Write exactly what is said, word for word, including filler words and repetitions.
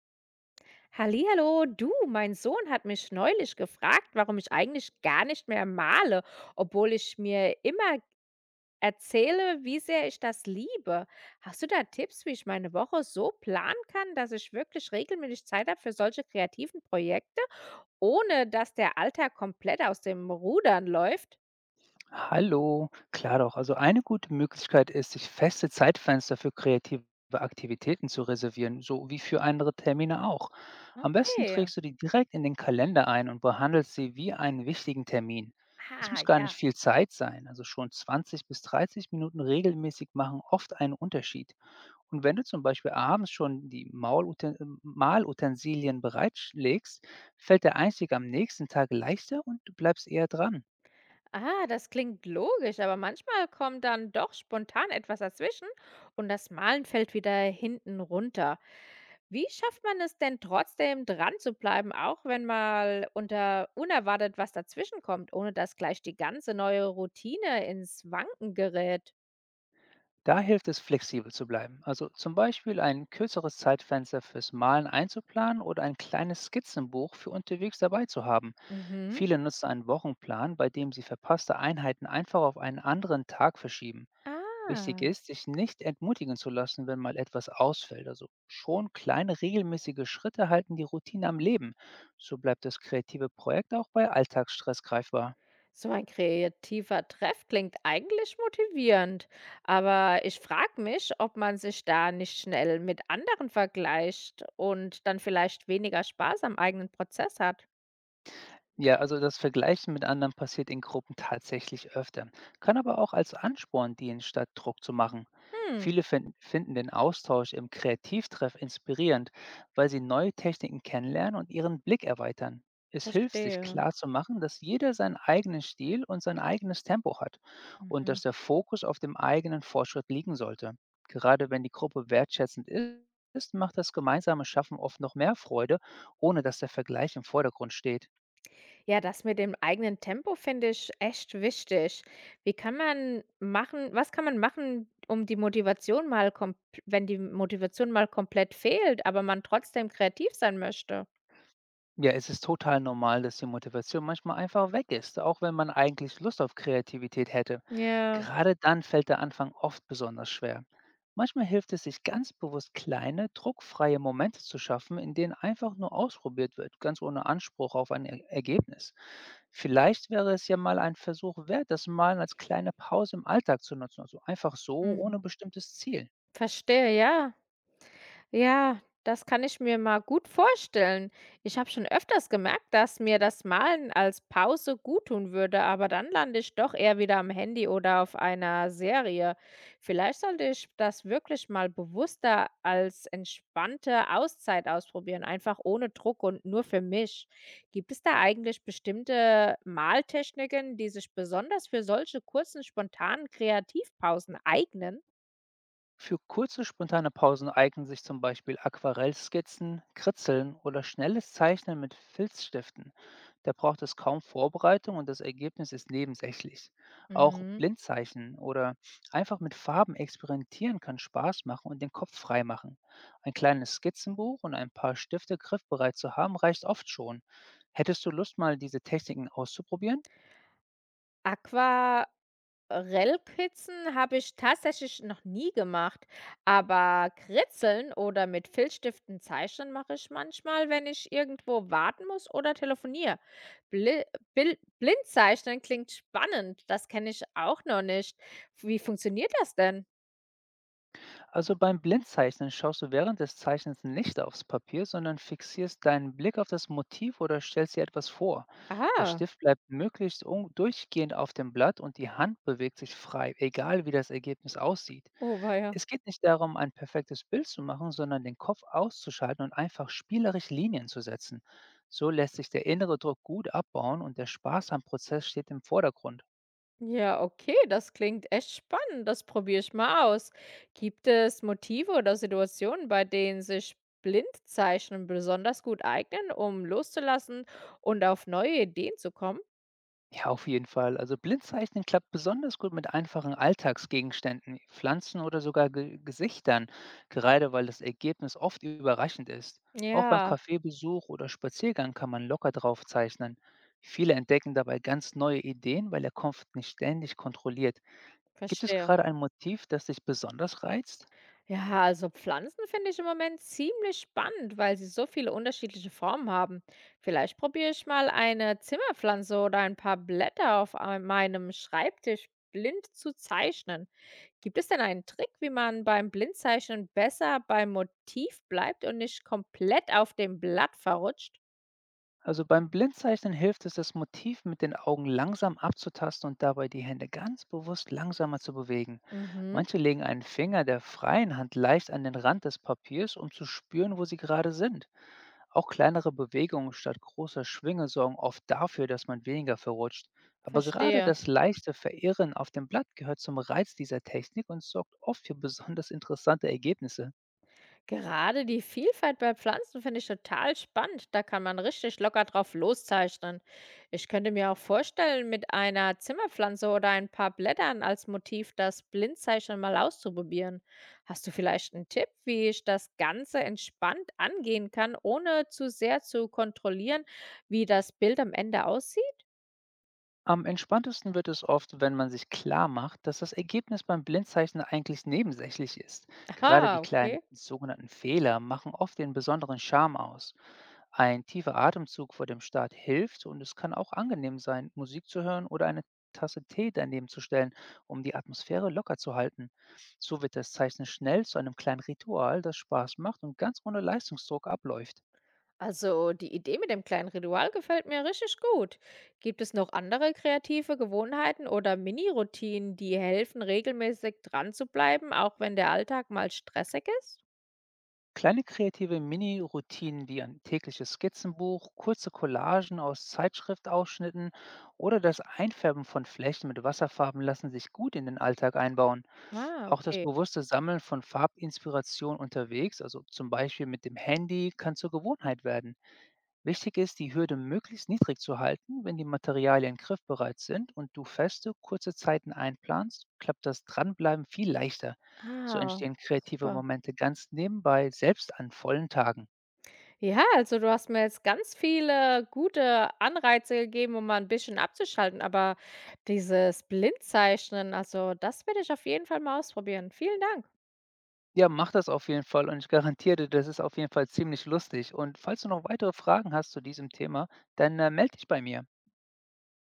Hallihallo, du, mein Sohn hat mich neulich gefragt, warum ich eigentlich gar nicht mehr male, obwohl ich mir immer erzähle, wie sehr ich das liebe. Hast du da Tipps, wie ich meine Woche so planen kann, dass ich wirklich regelmäßig Zeit habe für solche kreativen Projekte, ohne dass der Alltag komplett aus dem Rudern läuft? Hallo, klar doch. Also eine gute Möglichkeit ist, sich feste Zeitfenster für kreative Aktivitäten zu reservieren, so wie für andere Termine auch. Am besten Okay. trägst du die direkt in den Kalender ein und behandelst sie wie einen wichtigen Termin. Es muss Ah, gar nicht ja. viel Zeit sein, also schon zwanzig bis dreißig Minuten regelmäßig machen oft einen Unterschied. Und wenn du zum Beispiel abends schon die Mauluten äh, Malutensilien bereitlegst, fällt der Einstieg am nächsten Tag leichter und du bleibst eher dran. Ah, das klingt logisch, aber manchmal kommt dann doch spontan etwas dazwischen und das Malen fällt wieder hinten runter. Wie schafft man es denn trotzdem, dran zu bleiben, auch wenn mal unter unerwartet was dazwischenkommt, ohne dass gleich die ganze neue Routine ins Wanken gerät? Da hilft es, flexibel zu bleiben. Also zum Beispiel ein kürzeres Zeitfenster fürs Malen einzuplanen oder ein kleines Skizzenbuch für unterwegs dabei zu haben. Mhm. Viele nutzen einen Wochenplan, bei dem sie verpasste Einheiten einfach auf einen anderen Tag verschieben. Wichtig Ah, ist, sich nicht entmutigen zu lassen, wenn mal etwas ausfällt. Also schon kleine regelmäßige Schritte halten die Routine am Leben. So bleibt das kreative Projekt auch bei Alltagsstress greifbar. so ein kreativer Treff klingt eigentlich motivierend, aber ich frage mich, ob man sich da nicht schnell mit anderen vergleicht und dann vielleicht weniger Spaß am eigenen Prozess hat. Ja, also das Vergleichen mit anderen passiert in Gruppen tatsächlich öfter, kann aber auch als Ansporn dienen, statt Druck zu machen. Hm, Viele fin- finden den Austausch im Kreativtreff inspirierend, weil sie neue Techniken kennenlernen und ihren Blick erweitern. Es hilft, sich verstehe. klar zu machen, dass jeder seinen eigenen Stil und sein eigenes Tempo hat und dass Mhm. der Fokus auf dem eigenen Fortschritt liegen sollte. Gerade wenn die Gruppe wertschätzend ist, macht das gemeinsame Schaffen oft noch mehr Freude, ohne dass der Vergleich im Vordergrund steht. Ja, das mit dem eigenen Tempo finde ich echt wichtig. Wie kann man machen was kann man machen, um die Motivation mal komp wenn die Motivation mal komplett fehlt, aber man trotzdem kreativ sein möchte? Ja, es ist total normal, dass die Motivation manchmal einfach weg ist, auch wenn man eigentlich Lust auf Kreativität hätte. Ja. Gerade dann fällt der Anfang oft besonders schwer. Manchmal hilft es sich ganz bewusst kleine, druckfreie Momente zu schaffen, in denen einfach nur ausprobiert wird, ganz ohne Anspruch auf ein Er- Ergebnis. Vielleicht wäre es ja mal ein Versuch wert, das Malen als kleine Pause im Alltag zu nutzen, also einfach so, ohne Mhm. bestimmtes Ziel. Verstehe, ja. Ja, das kann ich mir mal gut vorstellen. Ich habe schon öfters gemerkt, dass mir das Malen als Pause gut tun würde, aber dann lande ich doch eher wieder am Handy oder auf einer Serie. Vielleicht sollte ich das wirklich mal bewusster als entspannte Auszeit ausprobieren, einfach ohne Druck und nur für mich. Gibt es da eigentlich bestimmte Maltechniken, die sich besonders für solche kurzen, spontanen Kreativpausen eignen? Für kurze, spontane Pausen eignen sich zum Beispiel Aquarellskizzen, Kritzeln oder schnelles Zeichnen mit Filzstiften. Da braucht es kaum Vorbereitung und das Ergebnis ist nebensächlich. Auch Mhm. Blindzeichnen oder einfach mit Farben experimentieren kann Spaß machen und den Kopf frei machen. Ein kleines Skizzenbuch und ein paar Stifte griffbereit zu haben reicht oft schon. Hättest du Lust, mal diese Techniken auszuprobieren? Aqua Rellpizzen habe ich tatsächlich noch nie gemacht, aber Kritzeln oder mit Filzstiften zeichnen mache ich manchmal, wenn ich irgendwo warten muss oder telefoniere. Bli Bil Blindzeichnen klingt spannend, das kenne ich auch noch nicht. Wie funktioniert das denn? Also beim Blindzeichnen schaust du während des Zeichnens nicht aufs Papier, sondern fixierst deinen Blick auf das Motiv oder stellst dir etwas vor. Der Ah, Stift bleibt möglichst un- durchgehend auf dem Blatt und die Hand bewegt sich frei, egal wie das Ergebnis aussieht. oh weia. Es geht nicht darum, ein perfektes Bild zu machen, sondern den Kopf auszuschalten und einfach spielerisch Linien zu setzen. So lässt sich der innere Druck gut abbauen und der Spaß am Prozess steht im Vordergrund. Ja, okay, das klingt echt spannend. Das probiere ich mal aus. Gibt es Motive oder Situationen, bei denen sich Blindzeichnen besonders gut eignen, um loszulassen und auf neue Ideen zu kommen? Ja, auf jeden Fall. Also Blindzeichnen klappt besonders gut mit einfachen Alltagsgegenständen, Pflanzen oder sogar Ge Gesichtern, gerade weil das Ergebnis oft überraschend ist. Auch beim Ja, Kaffeebesuch oder Spaziergang kann man locker drauf zeichnen. Viele entdecken dabei ganz neue Ideen, weil der Kopf nicht ständig kontrolliert. Gibt es verstehe. gerade ein Motiv, das dich besonders reizt? Ja, also Pflanzen finde ich im Moment ziemlich spannend, weil sie so viele unterschiedliche Formen haben. Vielleicht probiere ich mal eine Zimmerpflanze oder ein paar Blätter auf ein- meinem Schreibtisch blind zu zeichnen. Gibt es denn einen Trick, wie man beim Blindzeichnen besser beim Motiv bleibt und nicht komplett auf dem Blatt verrutscht? Also beim Blindzeichnen hilft es, das Motiv mit den Augen langsam abzutasten und dabei die Hände ganz bewusst langsamer zu bewegen. Mhm, Manche legen einen Finger der freien Hand leicht an den Rand des Papiers, um zu spüren, wo sie gerade sind. Auch kleinere Bewegungen statt großer Schwinge sorgen oft dafür, dass man weniger verrutscht. Aber gerade verstehe. das leichte Verirren auf dem Blatt gehört zum Reiz dieser Technik und sorgt oft für besonders interessante Ergebnisse. Gerade die Vielfalt bei Pflanzen finde ich total spannend. Da kann man richtig locker drauf loszeichnen. Ich könnte mir auch vorstellen, mit einer Zimmerpflanze oder ein paar Blättern als Motiv das Blindzeichnen mal auszuprobieren. Hast du vielleicht einen Tipp, wie ich das Ganze entspannt angehen kann, ohne zu sehr zu kontrollieren, wie das Bild am Ende aussieht? Am entspanntesten wird es oft, wenn man sich klar macht, dass das Ergebnis beim Blindzeichnen eigentlich nebensächlich ist. Gerade die Ah, kleinen okay. sogenannten Fehler machen oft den besonderen Charme aus. Ein tiefer Atemzug vor dem Start hilft und es kann auch angenehm sein, Musik zu hören oder eine Tasse Tee daneben zu stellen, um die Atmosphäre locker zu halten. So wird das Zeichnen schnell zu einem kleinen Ritual, das Spaß macht und ganz ohne Leistungsdruck abläuft. Also die Idee mit dem kleinen Ritual gefällt mir richtig gut. Gibt es noch andere kreative Gewohnheiten oder Mini-Routinen, die helfen, regelmäßig dran zu bleiben, auch wenn der Alltag mal stressig ist? Kleine kreative Mini-Routinen wie ein tägliches Skizzenbuch, kurze Collagen aus Zeitschriftausschnitten oder das Einfärben von Flächen mit Wasserfarben lassen sich gut in den Alltag einbauen. Ah, Auch das okay. bewusste Sammeln von Farbinspiration unterwegs, also zum Beispiel mit dem Handy, kann zur Gewohnheit werden. Wichtig ist, die Hürde möglichst niedrig zu halten. Wenn die Materialien griffbereit sind und du feste, kurze Zeiten einplanst, klappt das Dranbleiben viel leichter. So Ah, entstehen kreative super. Momente ganz nebenbei, selbst an vollen Tagen. Ja, also du hast mir jetzt ganz viele gute Anreize gegeben, um mal ein bisschen abzuschalten, aber dieses Blindzeichnen, also das werde ich auf jeden Fall mal ausprobieren. Vielen Dank. Ja, mach das auf jeden Fall und ich garantiere dir, das ist auf jeden Fall ziemlich lustig. Und falls du noch weitere Fragen hast zu diesem Thema, dann äh, melde dich bei mir.